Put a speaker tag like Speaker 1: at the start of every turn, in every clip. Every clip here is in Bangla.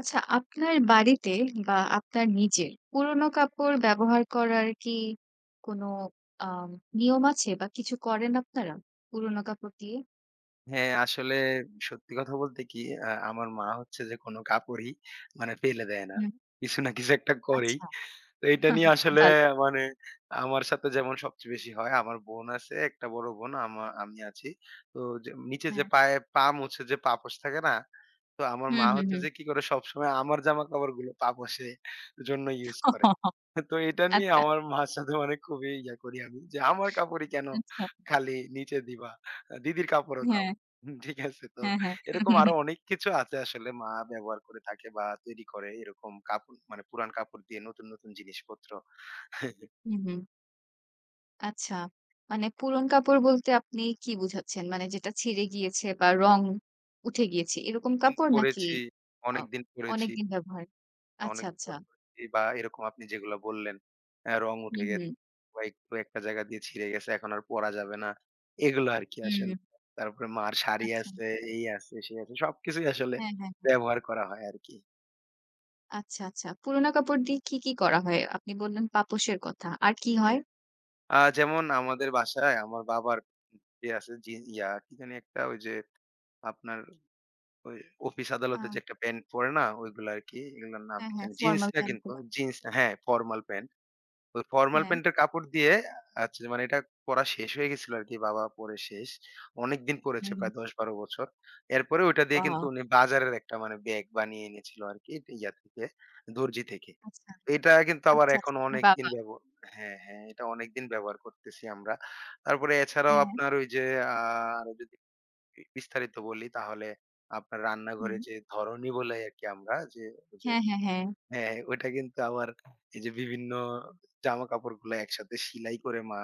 Speaker 1: আচ্ছা, আপনার বাড়িতে বা আপনার নিজের পুরনো কাপড় ব্যবহার করার কি কোনো আম নিয়ম আছে বা কিছু করেন আপনারা? পুরনো কাপড় দিয়ে?
Speaker 2: হ্যাঁ, আসলে সত্যি কথা বলতে কি আমার মা হচ্ছে যে কোনো কাপড়ই মানে ফেলে দেয় না।
Speaker 1: হুম।
Speaker 2: কিছু না কিছু একটা করেই।
Speaker 1: আচ্ছা,
Speaker 2: তো এইটা নিয়ে
Speaker 1: খুব
Speaker 2: আসলে
Speaker 1: ভালো।
Speaker 2: মানে আমার সাথে যেমন সবচেয়ে বেশি হয়, আমার বোন আছে, একটা বড় বোন, আমি আছি। তো যে নিচে যে
Speaker 1: হ্যাঁ।
Speaker 2: পায়ে পা মুছে যে পাপোশ থাকে না? তো আমার
Speaker 1: হুম,
Speaker 2: মা
Speaker 1: হুম,
Speaker 2: হচ্ছে
Speaker 1: হুম।
Speaker 2: যে কি করে সবসময় আমার জামাকাপড়গুলো পাপোশের জন্য ইউজ করে। তো এটা নিয়ে
Speaker 1: আচ্ছা,
Speaker 2: আমার মার সাথে মানে খুবই ইয়া করি আমি যে, "আমার কাপড়ই কেন
Speaker 1: আচ্ছা।
Speaker 2: খালি নিচে দিবা? দিদির কাপড়ও দাও।"
Speaker 1: হ্যাঁ,
Speaker 2: হুম, ঠিক আছে? তো
Speaker 1: হ্যাঁ, হ্যাঁ।
Speaker 2: এরকম
Speaker 1: হুম,
Speaker 2: আরো অনেক কিছু আছে আসলে মা ব্যবহার করে থাকে বা তৈরি করে এরকম কাপড় মানে পুরান কাপড় দিয়ে নতুন নতুন জিনিসপত্র।
Speaker 1: হুম। হুম। আচ্ছা। মানে পুরন কাপড় বলতে আপনি কি বুঝাচ্ছেন? মানে যেটা ছিঁড়ে গিয়েছে বা রং উঠে গিয়েছে এরকম
Speaker 2: দিন
Speaker 1: কাপড় নাকি
Speaker 2: পরেছি,
Speaker 1: অ
Speaker 2: অনেকদিন পরেছি,
Speaker 1: অনেকদিন ব্যবহার? আচ্ছা,
Speaker 2: অনেক
Speaker 1: আচ্ছা।
Speaker 2: বার পরেছি, বা এরকম আপনি যেগুলা বললেন রং
Speaker 1: হুম,
Speaker 2: উঠে গেছে
Speaker 1: হুম।
Speaker 2: বা একটু একটা জায়গা দিয়ে ছিঁড়ে গেছে এখন আর পরা যাবে না। এগুলো আরকি আসলে।
Speaker 1: হুম,
Speaker 2: তারপরে মার শাড়ি
Speaker 1: আচ্ছা।
Speaker 2: আছে, এই আছে, সেই আছে সবকিছুই আসলে
Speaker 1: হ্যাঁ, হ্যাঁ। হ্যাঁ।
Speaker 2: ব্যবহার করা হয় আরকি।
Speaker 1: আচ্ছা, আচ্ছা। পুরোনো কাপড় দিয়ে কি করা হয়? আপনি বললেন পাপোশের কথা। আর কি হয়?
Speaker 2: হ্যাঁ। যেমন আমাদের বাসায় আমার বাবার ইয়ে আছে জি ইয়া কি জানি একটা ওই যে আপনার ওই অফিস
Speaker 1: আ
Speaker 2: আদালতে যে একটা প্যান্ট পরে না ওইগুলা আরকি। এগুলোর নাম
Speaker 1: হ্যাঁ,
Speaker 2: কি
Speaker 1: হ্যাঁ।
Speaker 2: জানি জিন্স
Speaker 1: ফরমাল
Speaker 2: না
Speaker 1: প্যান্ট
Speaker 2: কিন্তু
Speaker 1: গুলা।
Speaker 2: জিন্স হ্যাঁ, ফরমাল প্যান্ট। ওই ফরমাল
Speaker 1: হ্যাঁ।
Speaker 2: প্যান্টের কাপড় দিয়ে আচ্ছা মানে এটা পরা শেষ হয়ে গেছিল আরকি। বাবা পরে শেষ। অনেকদিন পরেছে
Speaker 1: হুম, হুম।
Speaker 2: প্রায় ১০-১২ বছর। এরপরে ওইটা দিয়ে
Speaker 1: বাহ!
Speaker 2: কিন্তু উনি বাজারের একটা মানে ব্যাগ বানিয়ে এনেছিল আরকি ইয়া থেকে, দর্জি থেকে।
Speaker 1: আচ্ছা,
Speaker 2: এটা কিন্তু আবার
Speaker 1: আচ্ছা,
Speaker 2: এখন
Speaker 1: আচ্ছা। হ্যাঁ,
Speaker 2: অনেকদিন
Speaker 1: বাবা!
Speaker 2: ব্যব হ্যাঁ, হ্যাঁ, এটা অনেকদিন ব্যবহার করতেছি আমরা। তারপরে এছাড়াও
Speaker 1: হ্যাঁ,
Speaker 2: আপনার ওই যে আ আরো যদি বিস্তারিত বলি তাহলে আপনার
Speaker 1: হুম।
Speaker 2: রান্নাঘরে যে ধরনী বলে আরকি আমরা যে, যে
Speaker 1: হ্যাঁ, হ্যাঁ, হ্যাঁ।
Speaker 2: হ্যাঁ, ওটা কিন্তু আবার এই যে বিভিন্ন জামাকাপড়গুলো একসাথে সেলাই করে মা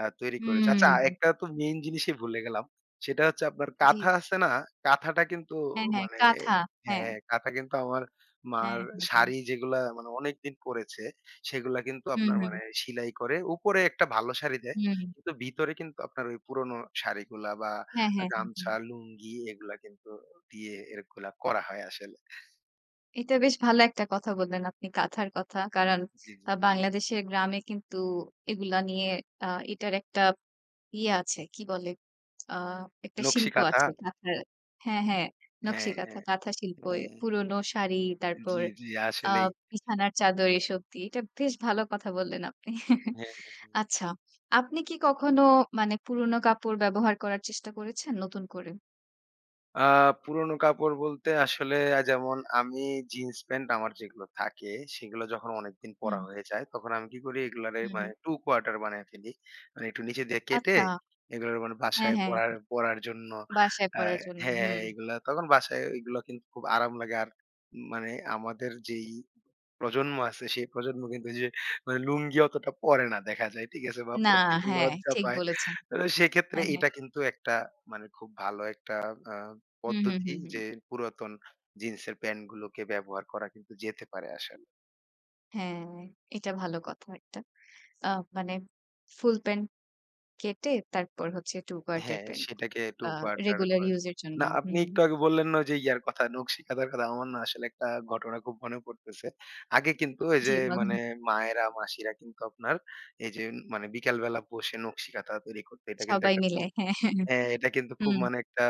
Speaker 2: তৈরি করেছে। আচ্ছা
Speaker 1: হুম।
Speaker 2: একটা তো মেইন জিনিসই ভুলে গেলাম। সেটা হচ্ছে আপনার
Speaker 1: জি।
Speaker 2: কাঁথা আছে না? কাঁথাটা কিন্তু
Speaker 1: হ্যাঁ, হ্যাঁ।
Speaker 2: মানে
Speaker 1: কাঁথা।
Speaker 2: হ্যাঁ,
Speaker 1: হ্যাঁ,
Speaker 2: হ্যাঁ, কাঁথা কিন্তু আমার মার
Speaker 1: হ্যাঁ, হ্যাঁ, হ্যাঁ।
Speaker 2: শাড়ি যেগুলা মানে অনেকদিন পরেছে, সেগুলা কিন্তু
Speaker 1: হুম,
Speaker 2: আপনার
Speaker 1: হুম,
Speaker 2: মানে সেলাই করে। উপরে একটা ভালো শাড়ি দেয়।
Speaker 1: হুম।
Speaker 2: কিন্তু ভিতরে কিন্তু আপনার ওই পুরোনো শাড়িগুলা বা
Speaker 1: হ্যাঁ, হ্যাঁ, হ্যাঁ, হ্যাঁ।
Speaker 2: গামছা, লুঙ্গি এগুলা কিন্তু দিয়ে এরগুলা করা হয় আসলে।
Speaker 1: এটা বেশ ভালো একটা কথা বললেন আপনি কাঁথার কথা। কারণ
Speaker 2: জি, জি।
Speaker 1: বাংলাদেশের গ্রামে কিন্তু এগুলা নিয়ে আ এটার একটা ইয়ে আছে, কি বলে? আ একটা
Speaker 2: নকশি
Speaker 1: শিল্প
Speaker 2: কাঁথা?
Speaker 1: আছে কাঁথার। হ্যাঁ, হ্যাঁ, নকশি
Speaker 2: হ্যাঁ,
Speaker 1: কাঁথা,
Speaker 2: হ্যাঁ,
Speaker 1: কাঁথা শিল্প। এ
Speaker 2: হ্যাঁ।
Speaker 1: পুরনো শাড়ি, তারপর
Speaker 2: জি, জি,
Speaker 1: আ
Speaker 2: আসলেই।
Speaker 1: বিছানার চাদর এসব দিয়ে। এটা বেশ ভালো কথা বললেন আপনি।
Speaker 2: হ্যাঁ, হ্যাঁ।
Speaker 1: আচ্ছা, আপনি কি কখনো মানে পুরনো কাপড় ব্যবহার করার চেষ্টা করেছেন নতুন করে?
Speaker 2: আ পুরনো কাপড় বলতে আসলে যেমন আমি জিন্স প্যান্ট আমার যেগুলো থাকে, সেগুলো যখন অনেকদিন পরা
Speaker 1: হুম,
Speaker 2: হয়ে যায়, তখন আমি কি করি এগুলারে
Speaker 1: হুম,
Speaker 2: মানে
Speaker 1: হুম।
Speaker 2: ২ কোয়ার্টার বানায় ফেলি। মানে একটু নিচে দিয়ে কেটে
Speaker 1: আচ্ছা,
Speaker 2: এগুলোর মানে
Speaker 1: হ্যাঁ,
Speaker 2: বাসায়
Speaker 1: হ্যাঁ,
Speaker 2: পরার পরার জন্য
Speaker 1: বাসায়
Speaker 2: হ্যাঁ,
Speaker 1: পরার জন্য।
Speaker 2: হ্যাঁ,
Speaker 1: হুম।
Speaker 2: এগুলা তখন বাসায় এগুলো কিন্তু খুব আরাম লাগে। আর মানে আমাদের যেই প্রজন্ম আছে সেই প্রজন্ম কিন্তু ওই যে মানে লুঙ্গি অতটা পড়ে না দেখা যায়। ঠিক আছে? বা
Speaker 1: না,
Speaker 2: পড়তে একটু
Speaker 1: হ্যাঁ,
Speaker 2: লজ্জা
Speaker 1: ঠিক
Speaker 2: পায়।
Speaker 1: বলেছেন।
Speaker 2: তো সেক্ষেত্রে
Speaker 1: হ্যাঁ, হ্যাঁ।
Speaker 2: এটা কিন্তু একটা মানে খুব ভালো একটা আ
Speaker 1: হুম, হুম,
Speaker 2: পদ্ধতি
Speaker 1: হুম, হুম।
Speaker 2: যে পুরাতন জিন্সের প্যান্ট গুলোকে ব্যবহার করা কিন্তু যেতে পারে আসলে।
Speaker 1: হ্যাঁ, এটা ভালো কথা একটা। আ মানে ফুল প্যান্ট কেটে তারপর হচ্ছে 2 কোয়ার্টার
Speaker 2: হ্যাঁ,
Speaker 1: প্যান্ট
Speaker 2: সেটাকে একটু
Speaker 1: আ
Speaker 2: বার্টার
Speaker 1: রেগুলার
Speaker 2: করে।
Speaker 1: ইউজ এর জন্য।
Speaker 2: না আপনি
Speaker 1: হুম।
Speaker 2: একটু আগে বললেন না যে ইয়ার কথা নকশি কাঁথার কথা আমার না আসলে একটা ঘটনা খুব মনে পড়তেছে। আগে কিন্তু এই যে
Speaker 1: জি, বলেন।
Speaker 2: মানে মায়েরা মাসিরা কিন্তু আপনার এই যে মানে বিকালবেলা বসে নকশি কাঁথা তৈরি করতো। এটা কিন্তু
Speaker 1: সবাই
Speaker 2: একটা খুব
Speaker 1: মিলে। হ্যাঁ,
Speaker 2: হ্যাঁ, এটা কিন্তু খুব
Speaker 1: হুম।
Speaker 2: মানে একটা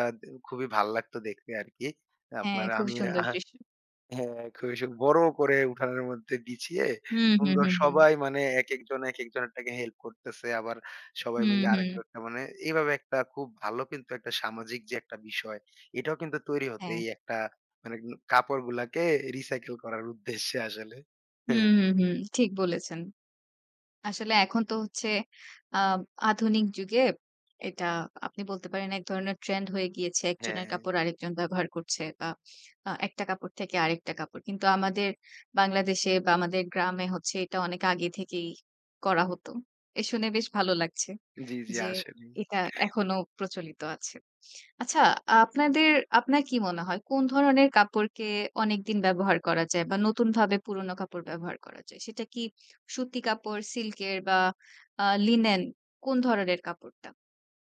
Speaker 2: খুবই ভাল লাগতো দেখতে আরকি।
Speaker 1: হ্যাঁ,
Speaker 2: আপনার
Speaker 1: খুব
Speaker 2: আমি
Speaker 1: সুন্দর
Speaker 2: আহ
Speaker 1: দৃশ্য।
Speaker 2: হ্যাঁ, খুবই সু বড় করে উঠানের মধ্যে বিছিয়ে
Speaker 1: হুম, হুম,
Speaker 2: সুন্দর
Speaker 1: হুম, হুম।
Speaker 2: সবাই মানে একেকজন একেকজনেরটাকে হেল্প করতেছে। আবার সবাই
Speaker 1: হুম,
Speaker 2: মিলে
Speaker 1: হুম।
Speaker 2: আরেকজনটা মানে এইভাবে একটা খুব ভালো কিন্তু একটা সামাজিক যে একটা বিষয়, এটাও কিন্তু তৈরি হতো
Speaker 1: হ্যাঁ।
Speaker 2: এই একটা মানে কাপড়গুলাকে রিসাইকেল করার উদ্দেশ্যে আসলে।
Speaker 1: হুম, হুম, হুম। ঠিক বলেছেন। আসলে এখন তো হচ্ছে আ আধুনিক যুগে এটা আপনি বলতে পারেন এক ধরনের ট্রেন্ড হয়ে গিয়েছে। একজনের
Speaker 2: হ্যাঁ,
Speaker 1: কাপড় আরেকজন ব্যবহার করছে বা একটা কাপড় থেকে আরেকটা কাপড়। কিন্তু আমাদের বাংলাদেশে বা আমাদের গ্রামে হচ্ছে এটা অনেক আগে থেকেই করা হতো। এ শুনে বেশ ভালো লাগছে
Speaker 2: জি, জি
Speaker 1: যে
Speaker 2: আসলেই।
Speaker 1: এটা এখনো প্রচলিত আছে। আচ্ছা, আপনাদের আপনার কি মনে হয় কোন ধরনের কাপড়কে অনেকদিন ব্যবহার করা যায় বা নতুনভাবে পুরনো কাপড় ব্যবহার করা যায়? সেটা কি সুতি কাপড়, সিল্কের বা লিনেন, কোন ধরনের কাপড়টা?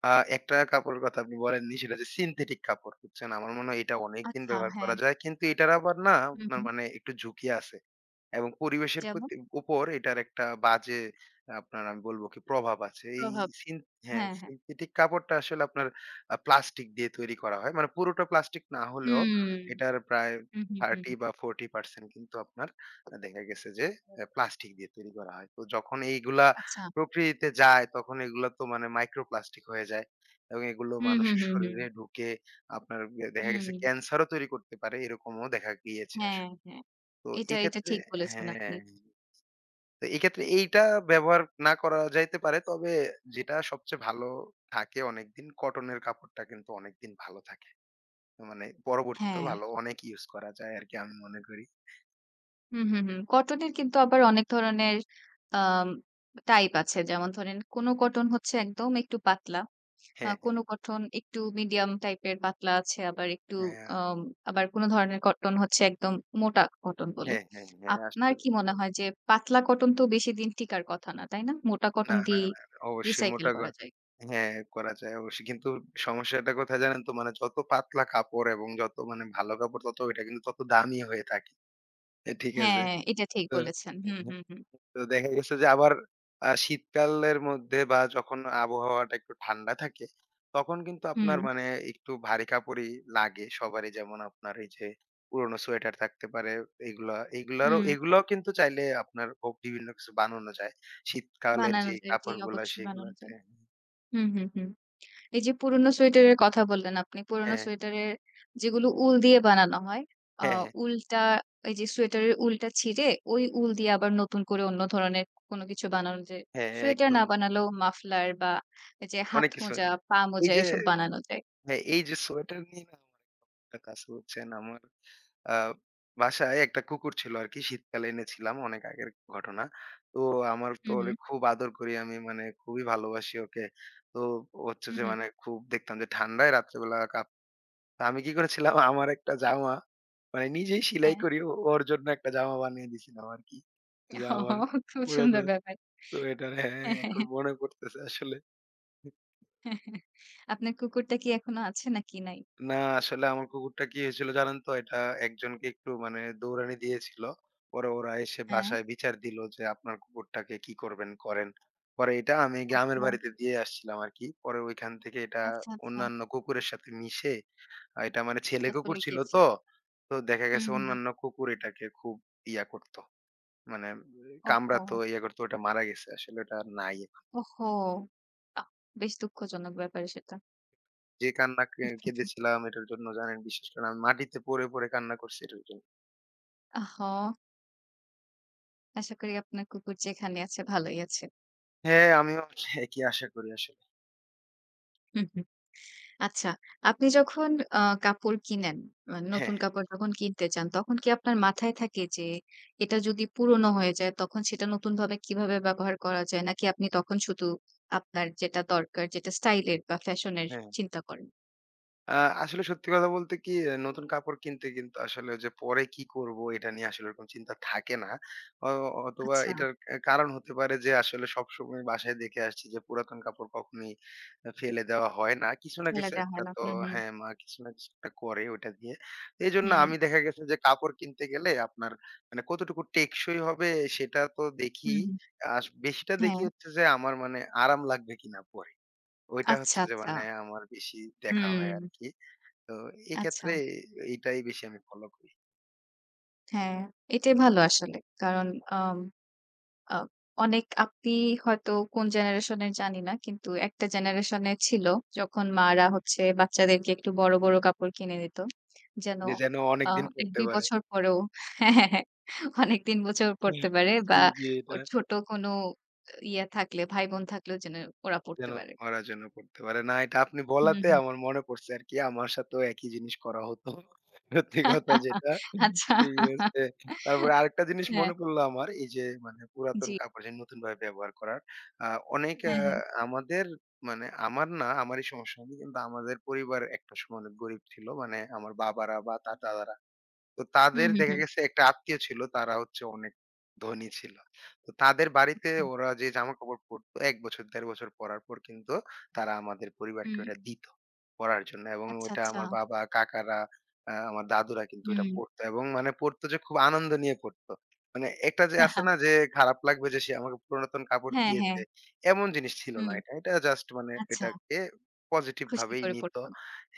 Speaker 2: আ একটা কাপড়ের কথা আপনি বলেননি সেটা হচ্ছে সিনথেটিক কাপড় বুঝছেন? আমার মনে হয় এটা অনেকদিন
Speaker 1: আচ্ছা,
Speaker 2: ব্যবহার
Speaker 1: হ্যাঁ।
Speaker 2: করা যায়। কিন্তু এটার আবার না
Speaker 1: হুম,
Speaker 2: আপনার
Speaker 1: হুম।
Speaker 2: মানে একটু ঝুঁকি আছে। এবং পরিবেশের
Speaker 1: যেমন?
Speaker 2: প্রতি উপর এটার একটা বাজে আপনার আমি বলব কি প্রভাব আছে। এই
Speaker 1: প্রভাব।
Speaker 2: সিন হ্যাঁ,
Speaker 1: হ্যাঁ, হ্যাঁ।
Speaker 2: সিনথেটিক কাপড়টা আসলে আপনার প্লাস্টিক দিয়ে তৈরি করা হয়। মানে পুরোটা প্লাস্টিক না হলেও
Speaker 1: হুম।
Speaker 2: এটার প্রায়
Speaker 1: হুম, হুম, হুম।
Speaker 2: ৩০ বা ৪০% কিন্তু আপনার দেখা গেছে যে প্লাস্টিক দিয়ে তৈরি করা হয়। তো যখন এইগুলা
Speaker 1: আচ্ছা।
Speaker 2: প্রকৃতিতে যায় তখন এগুলা তো মানে মাইক্রো প্লাস্টিক হয়ে যায় এবং এগুলো
Speaker 1: হুম, হুম,
Speaker 2: মানুষের
Speaker 1: হুম, হুম।
Speaker 2: শরীরে ঢুকে আপনার দেখা গেছে
Speaker 1: হুম।
Speaker 2: ক্যান্সারও তৈরি করতে পারে এরকমও দেখা গিয়েছে
Speaker 1: হ্যাঁ,
Speaker 2: আসলে।
Speaker 1: হ্যাঁ।
Speaker 2: তো
Speaker 1: এটা
Speaker 2: এক্ষেত্রে
Speaker 1: ঠিক বলেছেন আপনি।
Speaker 2: হ্যাঁ, তো এক্ষেত্রে এইটা ব্যবহার না করা যাইতে পারে। তবে যেটা সবচেয়ে ভালো থাকে অনেকদিন কটনের কাপড়টা কিন্তু অনেকদিন ভালো থাকে। মানে পরবর্তীতেও
Speaker 1: হ্যাঁ।
Speaker 2: ভালো অনেক ইউজ করা যায় আরকি আমি মনে করি।
Speaker 1: হুম, হুম, হুম। কটনের কিন্তু আবার অনেক ধরনের আম টাইপ আছে। যেমন ধরেন কোনো কটন হচ্ছে একদম একটু পাতলা।
Speaker 2: হ্যাঁ, হ্যাঁ,
Speaker 1: কোনো কটন একটু মিডিয়াম টাইপের পাতলা আছে। আবার একটু
Speaker 2: হ্যাঁ,
Speaker 1: আম আবার কোনো ধরনের কটন হচ্ছে একদম মোটা কটন বলে।
Speaker 2: হ্যাঁ, হ্যাঁ, হ্যাঁ,
Speaker 1: আপনার
Speaker 2: আসলে
Speaker 1: কি মনে হয় যে পাতলা কটন তো বেশিদিন টিকার কথা না, তাই না? মোটা
Speaker 2: না,
Speaker 1: কটন
Speaker 2: না,
Speaker 1: দিয়েই
Speaker 2: না, না, অবশ্যই
Speaker 1: রিসাইকেল
Speaker 2: মোটা ক
Speaker 1: করা যায়।
Speaker 2: হ্যাঁ, করা যায় অবশ্যই। কিন্তু সমস্যাটা কোথায় জানেন তো? মানে যত পাতলা কাপড় এবং যত মানে ভালো কাপড় তত ওইটা কিন্তু তত দামি হয়ে থাকে। ঠিক আছে?
Speaker 1: হ্যাঁ, এটা ঠিক
Speaker 2: তো
Speaker 1: বলেছেন। হুম, হুম, হুম।
Speaker 2: তো দেখা গেছে যে আবার শীতকালের মধ্যে বা যখন আবহাওয়াটা একটু ঠান্ডা থাকে, তখন কিন্তু
Speaker 1: হুম,
Speaker 2: আপনার মানে একটু ভারী কাপড়ই লাগে সবারই। যেমন আপনার এই যে পুরোনো সোয়েটার থাকতে পারে এগুলা,
Speaker 1: হুম।
Speaker 2: এগুলাও কিন্তু চাইলে আপনার ও বিভিন্ন কিছু বানানো যায়। শীতকালের
Speaker 1: বানানো
Speaker 2: যে
Speaker 1: যায়। জি,
Speaker 2: কাপড়গুলা
Speaker 1: অবশ্যই বানানো
Speaker 2: সেগুলাতে
Speaker 1: যায়। হুম, হুম, হুম। এই যে পুরোনো সোয়েটারের কথা বললেন আপনি। পুরোনো
Speaker 2: হ্যাঁ,
Speaker 1: সোয়েটারের যেগুলো উল দিয়ে বানানো হয়, আ
Speaker 2: হ্যাঁ, হ্যাঁ,
Speaker 1: উলটা এই যে সোয়েটারের উলটা ছিঁড়ে ওই উল দিয়ে আবার নতুন করে অন্য ধরনের কোনো কিছু বানানো যায়।
Speaker 2: হ্যাঁ,
Speaker 1: সোয়েটার না
Speaker 2: একদম।
Speaker 1: বানালেও মাফলার বা এই যে হাত
Speaker 2: অনেক কিছু
Speaker 1: মোজা,
Speaker 2: আছে।
Speaker 1: পা
Speaker 2: এই
Speaker 1: মোজা
Speaker 2: যে
Speaker 1: এসব বানানো যায়।
Speaker 2: হ্যাঁ, এই যে সোয়েটার নিয়ে না আমার কাজ বুঝছেন আমার আ বাসায় একটা কুকুর ছিল আরকি শীতকালে এনেছিলাম অনেক আগের ঘটনা। তো আমার তো
Speaker 1: হুম,
Speaker 2: ওরে
Speaker 1: হুম।
Speaker 2: খুব আদর করি আমি মানে খুবই ভালোবাসি ওকে। তো হচ্ছে
Speaker 1: হুম,
Speaker 2: যে
Speaker 1: হুম।
Speaker 2: মানে খুব দেখতাম যে ঠান্ডায় রাত্রেবেলা কাঁপ তো আমি কি করেছিলাম আমার একটা জামা মানে নিজেই সেলাই
Speaker 1: হ্যাঁ।
Speaker 2: করি ও ওর জন্য একটা জামা বানিয়ে দিয়েছিলাম আরকি। যে আমার
Speaker 1: ওহো! খুব সুন্দর
Speaker 2: পুরাতন
Speaker 1: ব্যাপার।
Speaker 2: সোয়েটার হ্যাঁ,
Speaker 1: হ্যাঁ, হ্যাঁ,
Speaker 2: এখন
Speaker 1: হ্যাঁ,
Speaker 2: মনে পড়তেছে আসলে।
Speaker 1: হ্যাঁ। আপনার কুকুরটা কি এখনো আছে নাকি নাই?
Speaker 2: না, আসলে আমার কুকুরটা কি হয়েছিল জানেন তো? এটা একজনকে একটু মানে দৌড়ানি দিয়েছিল। পরে ওরা এসে
Speaker 1: হ্যাঁ।
Speaker 2: বাসায় বিচার দিল যে, "আপনার কুকুরটাকে কি করবেন করেন।" পরে এটা আমি গ্রামের
Speaker 1: ওহো!
Speaker 2: বাড়িতে দিয়ে আসছিলাম আরকি। পরে ঐখান থেকে এটা
Speaker 1: আচ্ছা, আচ্ছা।
Speaker 2: অন্যান্য কুকুরের সাথে মিশে এটা মানে ছেলে
Speaker 1: কোথাও
Speaker 2: কুকুর
Speaker 1: চলে
Speaker 2: ছিল
Speaker 1: গিয়েছে।
Speaker 2: তো। তো দেখা
Speaker 1: উম,
Speaker 2: গেছে
Speaker 1: হুম।
Speaker 2: অন্যান্য কুকুর এটাকে খুব ইয়া করত। মানে কামড়াতো,
Speaker 1: ওহো!
Speaker 2: ইয়া করতো। ওটা মারা গেছে। আসলে ওটা আর নাই। এখন।
Speaker 1: ওহো! আহ! বেশ দুঃখজনক ব্যাপার সেটা।
Speaker 2: যে কান্না কে কেঁদেছিলাম এটার জন্য জানেন? বিশেষ করে আমি মাটিতে পড়ে, কান্না করছি এটার জন্য।
Speaker 1: আহ! আশা করি আপনার কুকুর যেখানে আছে ভালোই আছে।
Speaker 2: হ্যাঁ, আমিও একই আশা করি আসলে।
Speaker 1: হুম, হুম। আচ্ছা, আপনি যখন কাপড় কিনেন, নতুন
Speaker 2: হ্যাঁ,
Speaker 1: কাপড় যখন কিনতে চান, তখন কি আপনার মাথায় থাকে যে এটা যদি পুরনো হয়ে যায় তখন সেটা নতুনভাবে কিভাবে ব্যবহার করা যায়? নাকি আপনি তখন শুধু আপনার যেটা দরকার যেটা স্টাইল এর বা ফ্যাশন এর
Speaker 2: হ্যাঁ।
Speaker 1: চিন্তা করেন?
Speaker 2: আ আসলে সত্যি কথা বলতে কি নতুন কাপড় কিনতে কিন্তু আসলে ওই যে পরে কি করব এটা নিয়ে আসলে ওরকম চিন্তা থাকে না। অ অথবা
Speaker 1: আচ্ছা,
Speaker 2: এটার কারণ হতে পারে যে আসলে সবসময় বাসায় দেখে আসছি যে পুরাতন কাপড় কখনোই ফেলে দেওয়া হয় না। কিছু না
Speaker 1: ফেলে
Speaker 2: কিছু
Speaker 1: দেয়া
Speaker 2: একটা
Speaker 1: হয় না।
Speaker 2: তো
Speaker 1: হুম, হুম।
Speaker 2: হ্যাঁ, মা কিছু না কিছু একটা করে ওটা দিয়ে। এজন্য
Speaker 1: হুম,
Speaker 2: আমি দেখা গেছে যে কাপড় কিনতে গেলে আপনার মানে কতটুকু টেকসই হবে সেটা তো দেখি।
Speaker 1: হুম, হুম।
Speaker 2: বেশিটা
Speaker 1: হ্যাঁ।
Speaker 2: দেখি হচ্ছে যে আমার মানে আরাম লাগবে কিনা পরে। ওইটা
Speaker 1: আচ্ছা,
Speaker 2: হচ্ছে যে
Speaker 1: আচ্ছা।
Speaker 2: মানে আমার বেশি দেখা হয়
Speaker 1: হুম।
Speaker 2: আরকি। তো
Speaker 1: আচ্ছা।
Speaker 2: এক্ষেত্রে এটাই বেশি আমি ফলো করি।
Speaker 1: হ্যাঁ, এটাই ভালো আসলে। কারণ আম আ অনেক আপনি হয়তো কোন জেনারেশন এর জানি না। কিন্তু একটা জেনারেশন এ ছিল যখন মারা হচ্ছে বাচ্চাদেরকে একটু বড়, বড় কাপড় কিনে দিত। যেন
Speaker 2: যে যেন
Speaker 1: আ
Speaker 2: অনেকদিন পড়তে
Speaker 1: ১-২
Speaker 2: পারে।
Speaker 1: বছর পরেও হ্যাঁ, হ্যাঁ, হ্যাঁ। অনেকদিন বছর পড়তে পারে
Speaker 2: জি,
Speaker 1: বা
Speaker 2: জি এটা।
Speaker 1: ওর ছোট কোনো ইয়ে থাকলে ভাই-বোন থাকলেও যেন ওরা
Speaker 2: যেন
Speaker 1: পড়তে পারে।
Speaker 2: ওরা যেন করতে পারে। না এটা আপনি
Speaker 1: হুম,
Speaker 2: বলাতে
Speaker 1: হুম।
Speaker 2: আমার মনে পড়ছে আরকি। আমার সাথেও একই জিনিস করা হতো। সত্যি কথা যেটা।
Speaker 1: আচ্ছা।
Speaker 2: ঠিক আছে? তারপরে আরেকটা জিনিস
Speaker 1: হ্যাঁ,
Speaker 2: মনে পড়লো আমার এই যে মানে পুরাতন
Speaker 1: জি।
Speaker 2: কাপড় যে নতুনভাবে ব্যবহার করার। আ অনেক
Speaker 1: হ্যাঁ, হ্যাঁ।
Speaker 2: আমাদের মানে আমারই সমস্যা হয়নি। কিন্তু আমাদের পরিবার একটা সময় অনেক গরিব ছিল। মানে আমার বাবারা বা দাদারা তো
Speaker 1: হুম,
Speaker 2: তাদের
Speaker 1: হুম,
Speaker 2: দেখা
Speaker 1: হুম।
Speaker 2: গেছে একটা আত্মীয় ছিল তারা হচ্ছে অনেক ধনী ছিল। তো তাদের বাড়িতে
Speaker 1: আচ্ছা।
Speaker 2: ওরা যে জামাকাপড় পরতো ১ বছর ১.৫ বছর পরার পর কিন্তু তারা আমাদের পরিবারকে
Speaker 1: হুম।
Speaker 2: ওটা দিত পরার জন্য এবং
Speaker 1: আচ্ছা,
Speaker 2: ওইটা
Speaker 1: আচ্ছা।
Speaker 2: আমার বাবা, কাকারা, আমার দাদুরা কিন্তু ওটা
Speaker 1: হুম।
Speaker 2: পরতো এবং মানে পরতো যে খুব আনন্দ নিয়ে পরতো। মানে একটা যে আছে
Speaker 1: হ্যাঁ,
Speaker 2: না যে খারাপ লাগবে যে সে আমাকে পুরাতন কাপড়
Speaker 1: হ্যাঁ। হ্যাঁ।
Speaker 2: দিয়েছে, এমন জিনিস ছিল না
Speaker 1: হুম।
Speaker 2: এটা। এটা জাস্ট মানে
Speaker 1: আচ্ছা।
Speaker 2: এটাকে পজিটিভ
Speaker 1: খুশি
Speaker 2: ভাবেই
Speaker 1: করে
Speaker 2: নিত।
Speaker 1: পড়তো।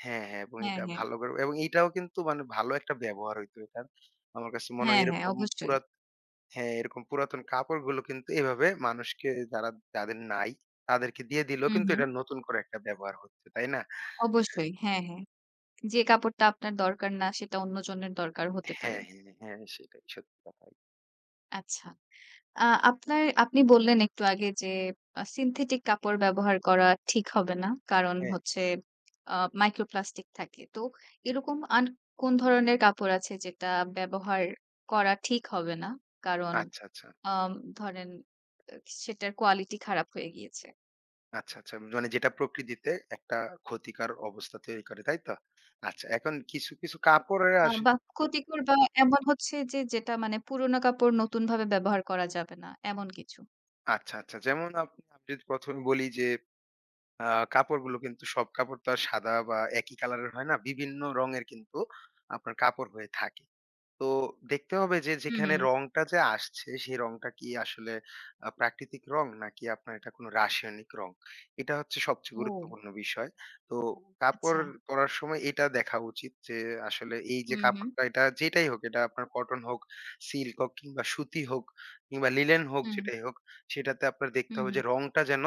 Speaker 2: হ্যাঁ, হ্যাঁ এবং
Speaker 1: হ্যাঁ,
Speaker 2: এটা
Speaker 1: হ্যাঁ।
Speaker 2: ভালো করে এবং এটাও কিন্তু মানে ভালো একটা ব্যবহার হইতো এটার। আমার কাছে মনে হয়
Speaker 1: হ্যাঁ, হ্যাঁ।
Speaker 2: এরকম
Speaker 1: অবশ্যই।
Speaker 2: পুরাত হ্যাঁ, এরকম পুরাতন কাপড়গুলো কিন্তু এভাবে মানুষকে যারা যাদের নাই তাদেরকে দিয়ে দিলেও
Speaker 1: হুম,
Speaker 2: কিন্তু
Speaker 1: হুম।
Speaker 2: এটা নতুন করে একটা ব্যবহার হচ্ছে, তাই না?
Speaker 1: অবশ্যই। হ্যাঁ, হ্যাঁ। যে কাপড়টা আপনার দরকার না সেটা অন্যজনের দরকার হতে পারে।
Speaker 2: হ্যাঁ, হ্যাঁ, হ্যাঁ সেটাই সত্যি কথাই।
Speaker 1: আচ্ছা। আ আপনি বললেন একটু আগে যে সিনথেটিক কাপড় ব্যবহার করা ঠিক হবে না। কারণ
Speaker 2: হ্যাঁ,
Speaker 1: হচ্ছে আ মাইক্রোপ্লাস্টিক থাকে। তো এরকম আর কোন ধরনের কাপড় আছে যেটা ব্যবহার করা ঠিক হবে না? কারণ
Speaker 2: আচ্ছা, আচ্ছা।
Speaker 1: আম ধরেন আ সেটার কোয়ালিটি খারাপ হয়ে গিয়েছে।
Speaker 2: আচ্ছা, আচ্ছা। মানে যেটা প্রকৃতিতে একটা ক্ষতিকর অবস্থা তৈরি করে, তাই তো? আচ্ছা এখন কিছু, কিছু কাপড়ের আসে
Speaker 1: বা ক্ষতিকর বা এমন হচ্ছে যে যেটা মানে পুরোনো কাপড় নতুনভাবে ব্যবহার করা যাবে না, এমন কিছু।
Speaker 2: আচ্ছা, আচ্ছা যেমন আপনি আমি যদি ১ম এ বলি যে আ কাপড়গুলো কিন্তু সব কাপড় তো আর সাদা বা একই কালারের হয় না। বিভিন্ন রঙের কিন্তু আপনার কাপড় হয়ে থাকে। তো দেখতে হবে যে
Speaker 1: হুম, হুম,
Speaker 2: যেখানে
Speaker 1: হুম।
Speaker 2: রংটা যে আসছে সেই রংটা কি আসলে প্রাকৃতিক রং নাকি আপনার এটা কোনো রাসায়নিক রং এটা হচ্ছে সবচেয়ে
Speaker 1: ও
Speaker 2: গুরুত্বপূর্ণ বিষয় তো কাপড়
Speaker 1: আচ্ছা।
Speaker 2: পরার সময় এটা দেখা উচিত যে আসলে এই যে
Speaker 1: হুম, হুম।
Speaker 2: কাপড়টা এটা যেটাই হোক এটা আপনার কটন হোক সিল্ক হোক কিংবা সুতি হোক কিংবা লিলেন হোক
Speaker 1: হুম,
Speaker 2: যেটাই হোক সেটাতে আপনার দেখতে
Speaker 1: হুম,
Speaker 2: হবে
Speaker 1: হুম।
Speaker 2: যে রংটা যেন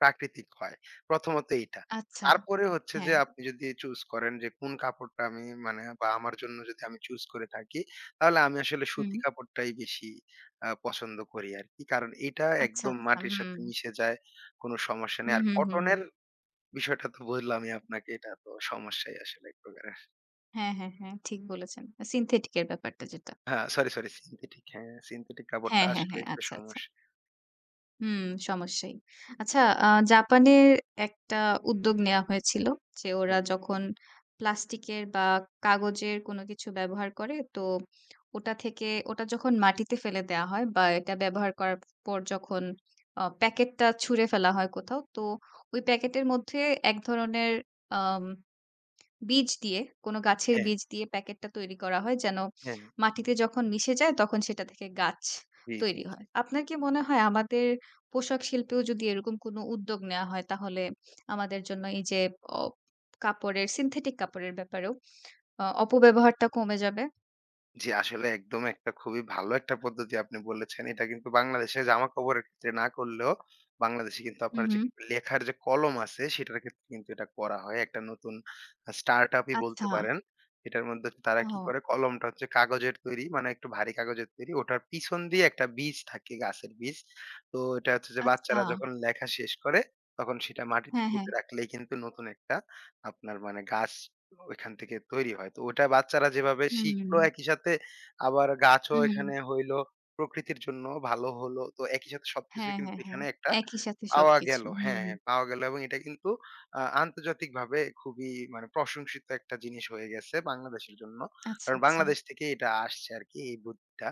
Speaker 2: প্রাকৃতিক হয় প্রথমত এইটা
Speaker 1: আচ্ছা।
Speaker 2: তারপরে হচ্ছে
Speaker 1: হ্যাঁ।
Speaker 2: যে আপনি যদি চুজ করেন যে কোন কাপড়টা আমি মানে বা আমার জন্য যদি আমি চুজ করে থাকি তাহলে আমি আসলে
Speaker 1: হুম।
Speaker 2: সুতি কাপড়টাই বেশি পছন্দ করি আরকি। কারণ এইটা
Speaker 1: আচ্ছা,
Speaker 2: একদম
Speaker 1: আচ্ছা।
Speaker 2: মাটির সাথে
Speaker 1: হুম।
Speaker 2: মিশে যায়, কোনো সমস্যা নেই।
Speaker 1: হুম,
Speaker 2: আর
Speaker 1: হুম, হুম।
Speaker 2: কটনের বিষয়টা তো বললামই আপনাকে, এটা তো সমস্যাই আসলে এক প্রকারের।
Speaker 1: হ্যাঁ, হ্যাঁ, হ্যাঁ। ঠিক বলেছেন। সিনথেটিক এর ব্যাপারটা যেটা।
Speaker 2: হ্যাঁ, সরি, সিনথেটিক হ্যাঁ, সিনথেটিক কাপড়টা
Speaker 1: হ্যাঁ, হ্যাঁ,
Speaker 2: আসলে
Speaker 1: হ্যাঁ।
Speaker 2: একটু
Speaker 1: আচ্ছা, আচ্ছা।
Speaker 2: সমস্যা।
Speaker 1: হুম, সমস্যাই। আচ্ছা, জাপানের একটা উদ্যোগ নেয়া হয়েছিল যে ওরা
Speaker 2: হ্যাঁ,
Speaker 1: যখন প্লাস্টিকের বা কাগজের কোনো কিছু ব্যবহার করে তো ওটা থেকে ওটা যখন মাটিতে ফেলে দেয়া হয় বা এটা ব্যবহার করার পর যখন প্যাকেটটা ছুঁড়ে ফেলা হয় কোথাও তো ওই প্যাকেটের মধ্যে এক ধরনের আম বীজ দিয়ে, কোনো গাছের
Speaker 2: হ্যাঁ,
Speaker 1: বীজ দিয়ে প্যাকেটটা তৈরি করা হয় যেন
Speaker 2: হ্যাঁ,
Speaker 1: মাটিতে যখন মিশে যায় তখন সেটা থেকে গাছ
Speaker 2: জি,
Speaker 1: তৈরি
Speaker 2: জি।
Speaker 1: হয়। আপনার কি মনে হয় আমাদের পোশাক শিল্পেও যদি এরকম কোনো উদ্যোগ নেয়া হয় তাহলে আমাদের জন্য এই যে অ সিনথেটিক কাপড়ের ব্যাপারেও অপব্যবহারটা কমে যাবে?
Speaker 2: জি, আসলে একদম একটা খুবই ভালো একটা পদ্ধতি আপনি বলেছেন। এটা কিন্তু বাংলাদেশে জামাকাপড়ের ক্ষেত্রে না করলেও বাংলাদেশে কিন্তু আপনার
Speaker 1: হুম,
Speaker 2: যে
Speaker 1: হুম।
Speaker 2: লেখার যে কলম আছে সেটার ক্ষেত্রে কিন্তু এটা করা হয়। একটা নতুন স্টার্ট-আপ ই বলতে
Speaker 1: আচ্ছা।
Speaker 2: পারেন। এটার মধ্যে হচ্ছে তারা কি
Speaker 1: ও
Speaker 2: করে কলমটা হচ্ছে কাগজের তৈরি মানে একটু ভারী কাগজের তৈরি। ওটার পিছন দিয়ে একটা বীজ থাকে গাছের বীজ। তো এটা হচ্ছে যে
Speaker 1: আচ্ছা।
Speaker 2: বাচ্চারা যখন লেখা শেষ করে তখন সেটা মাটিতে
Speaker 1: হ্যাঁ, হ্যাঁ।
Speaker 2: পুঁতে রাখলেই কিন্তু নতুন একটা আপনার মানে গাছ ওইখান থেকে তৈরি হয়। তো ওটা বাচ্চারা যেভাবে
Speaker 1: হুম,
Speaker 2: শিখলো একই সাথে আবার গাছও
Speaker 1: হুম,
Speaker 2: এখানে হইলো, প্রকৃতির জন্য ভালো হলো। তো একই সাথে সবকিছুই
Speaker 1: হ্যাঁ,
Speaker 2: কিন্তু
Speaker 1: হ্যাঁ, হ্যাঁ।
Speaker 2: এখানে একটা
Speaker 1: একই সাথে
Speaker 2: পাওয়া
Speaker 1: সবকিছু।
Speaker 2: গেল। হ্যাঁ,
Speaker 1: হুম,
Speaker 2: হ্যাঁ, পাওয়া গেল এবং এটা কিন্তু আন্তর্জাতিকভাবে খুবই মানে প্রশংসিত একটা জিনিস হয়ে গেছে বাংলাদেশের জন্য।
Speaker 1: আচ্ছা,
Speaker 2: কারণ
Speaker 1: আচ্ছা।
Speaker 2: বাংলাদেশ থেকে এটা আসছে আরকি এই বুদ্ধিটা।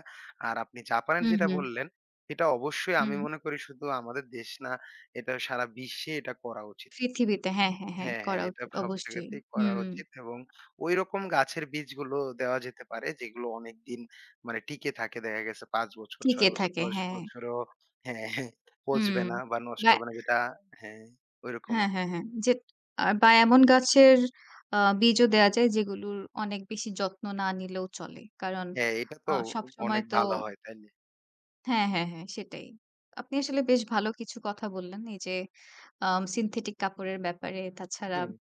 Speaker 2: আর আপনি জাপানের
Speaker 1: হুম,
Speaker 2: যেটা
Speaker 1: হুম,
Speaker 2: বললেন, এটা অবশ্যই আমি
Speaker 1: হুম।
Speaker 2: মনে করি শুধু আমাদের দেশ না, এটা সারা বিশ্বে এটা করা উচিত।
Speaker 1: পৃথিবীতে হ্যাঁ, হ্যাঁ, হ্যাঁ,
Speaker 2: হ্যাঁ, হ্যাঁ,
Speaker 1: করা
Speaker 2: এটা
Speaker 1: উচিত
Speaker 2: সব
Speaker 1: অবশ্যই।
Speaker 2: জায়গাতেই করা
Speaker 1: হুম,
Speaker 2: উচিত এবং ঐরকম গাছের বীজগুলো দেওয়া যেতে পারে যেগুলো অনেকদিন মানে টিকে থাকে। দেখা গেছে ৫ বছর, ৬
Speaker 1: টিকে
Speaker 2: বছর,
Speaker 1: থাকে
Speaker 2: ১০
Speaker 1: হ্যাঁ,
Speaker 2: বছরও হ্যাঁ, হ্যাঁ, পচবে
Speaker 1: হুম।
Speaker 2: না বা নষ্ট
Speaker 1: বা
Speaker 2: হবে না যেটা হ্যাঁ, ঐরকম
Speaker 1: হ্যাঁ,
Speaker 2: আরকি।
Speaker 1: হ্যাঁ, হ্যাঁ, যে বা এমন গাছের বীজও দেয়া যায় যেগুলোর অনেক বেশি যত্ন না নিলেও চলে। কারণ
Speaker 2: হ্যাঁ, এটা তো অনেক
Speaker 1: সবসময় তো
Speaker 2: ভালো হয় তাইলে।
Speaker 1: হ্যাঁ, হ্যাঁ, হ্যাঁ, সেটাই। আপনি আসলে বেশ ভালো কিছু কথা বললেন। এই যে সিনথেটিক কাপড়ের ব্যাপারে তাছাড়া
Speaker 2: হুম,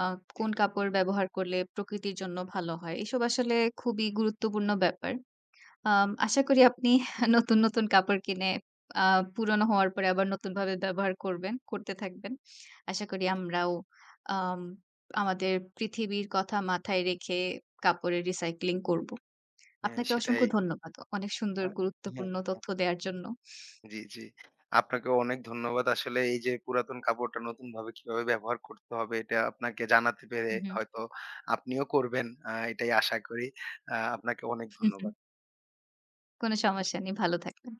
Speaker 1: আ
Speaker 2: জি।
Speaker 1: কোন কাপড় ব্যবহার করলে প্রকৃতির জন্য ভালো হয়। এসব আসলে খুবই গুরুত্বপূর্ণ ব্যাপার। আশা করি আপনি নতুন, নতুন কাপড় কিনে আ পুরোনো হওয়ার পরে আবার নতুনভাবে ব্যবহার করবেন, করতে থাকবেন। আশা করি আমরাও আম আমাদের পৃথিবীর কথা মাথায় রেখে কাপড়ের রিসাইক্লিং করব।
Speaker 2: হ্যাঁ,
Speaker 1: আপনাকে
Speaker 2: সেটাই।
Speaker 1: অসংখ্য ধন্যবাদ। অনেক সুন্দর
Speaker 2: আ হ্যাঁ,
Speaker 1: গুরুত্বপূর্ণ
Speaker 2: হ্যাঁ।
Speaker 1: তথ্য দেওয়ার জন্য।
Speaker 2: জি, জি। আপনাকে অনেক ধন্যবাদ। আসলে এই যে পুরাতন কাপড়টা নতুনভাবে কিভাবে ব্যবহার করতে হবে এটা আপনাকে জানাতে পেরে
Speaker 1: উহু,
Speaker 2: হয়তো আপনিও করবেন। এটাই আশা করি। আপনাকে অনেক ধন্যবাদ।
Speaker 1: কোনো সমস্যা নেই। ভালো থাকবেন।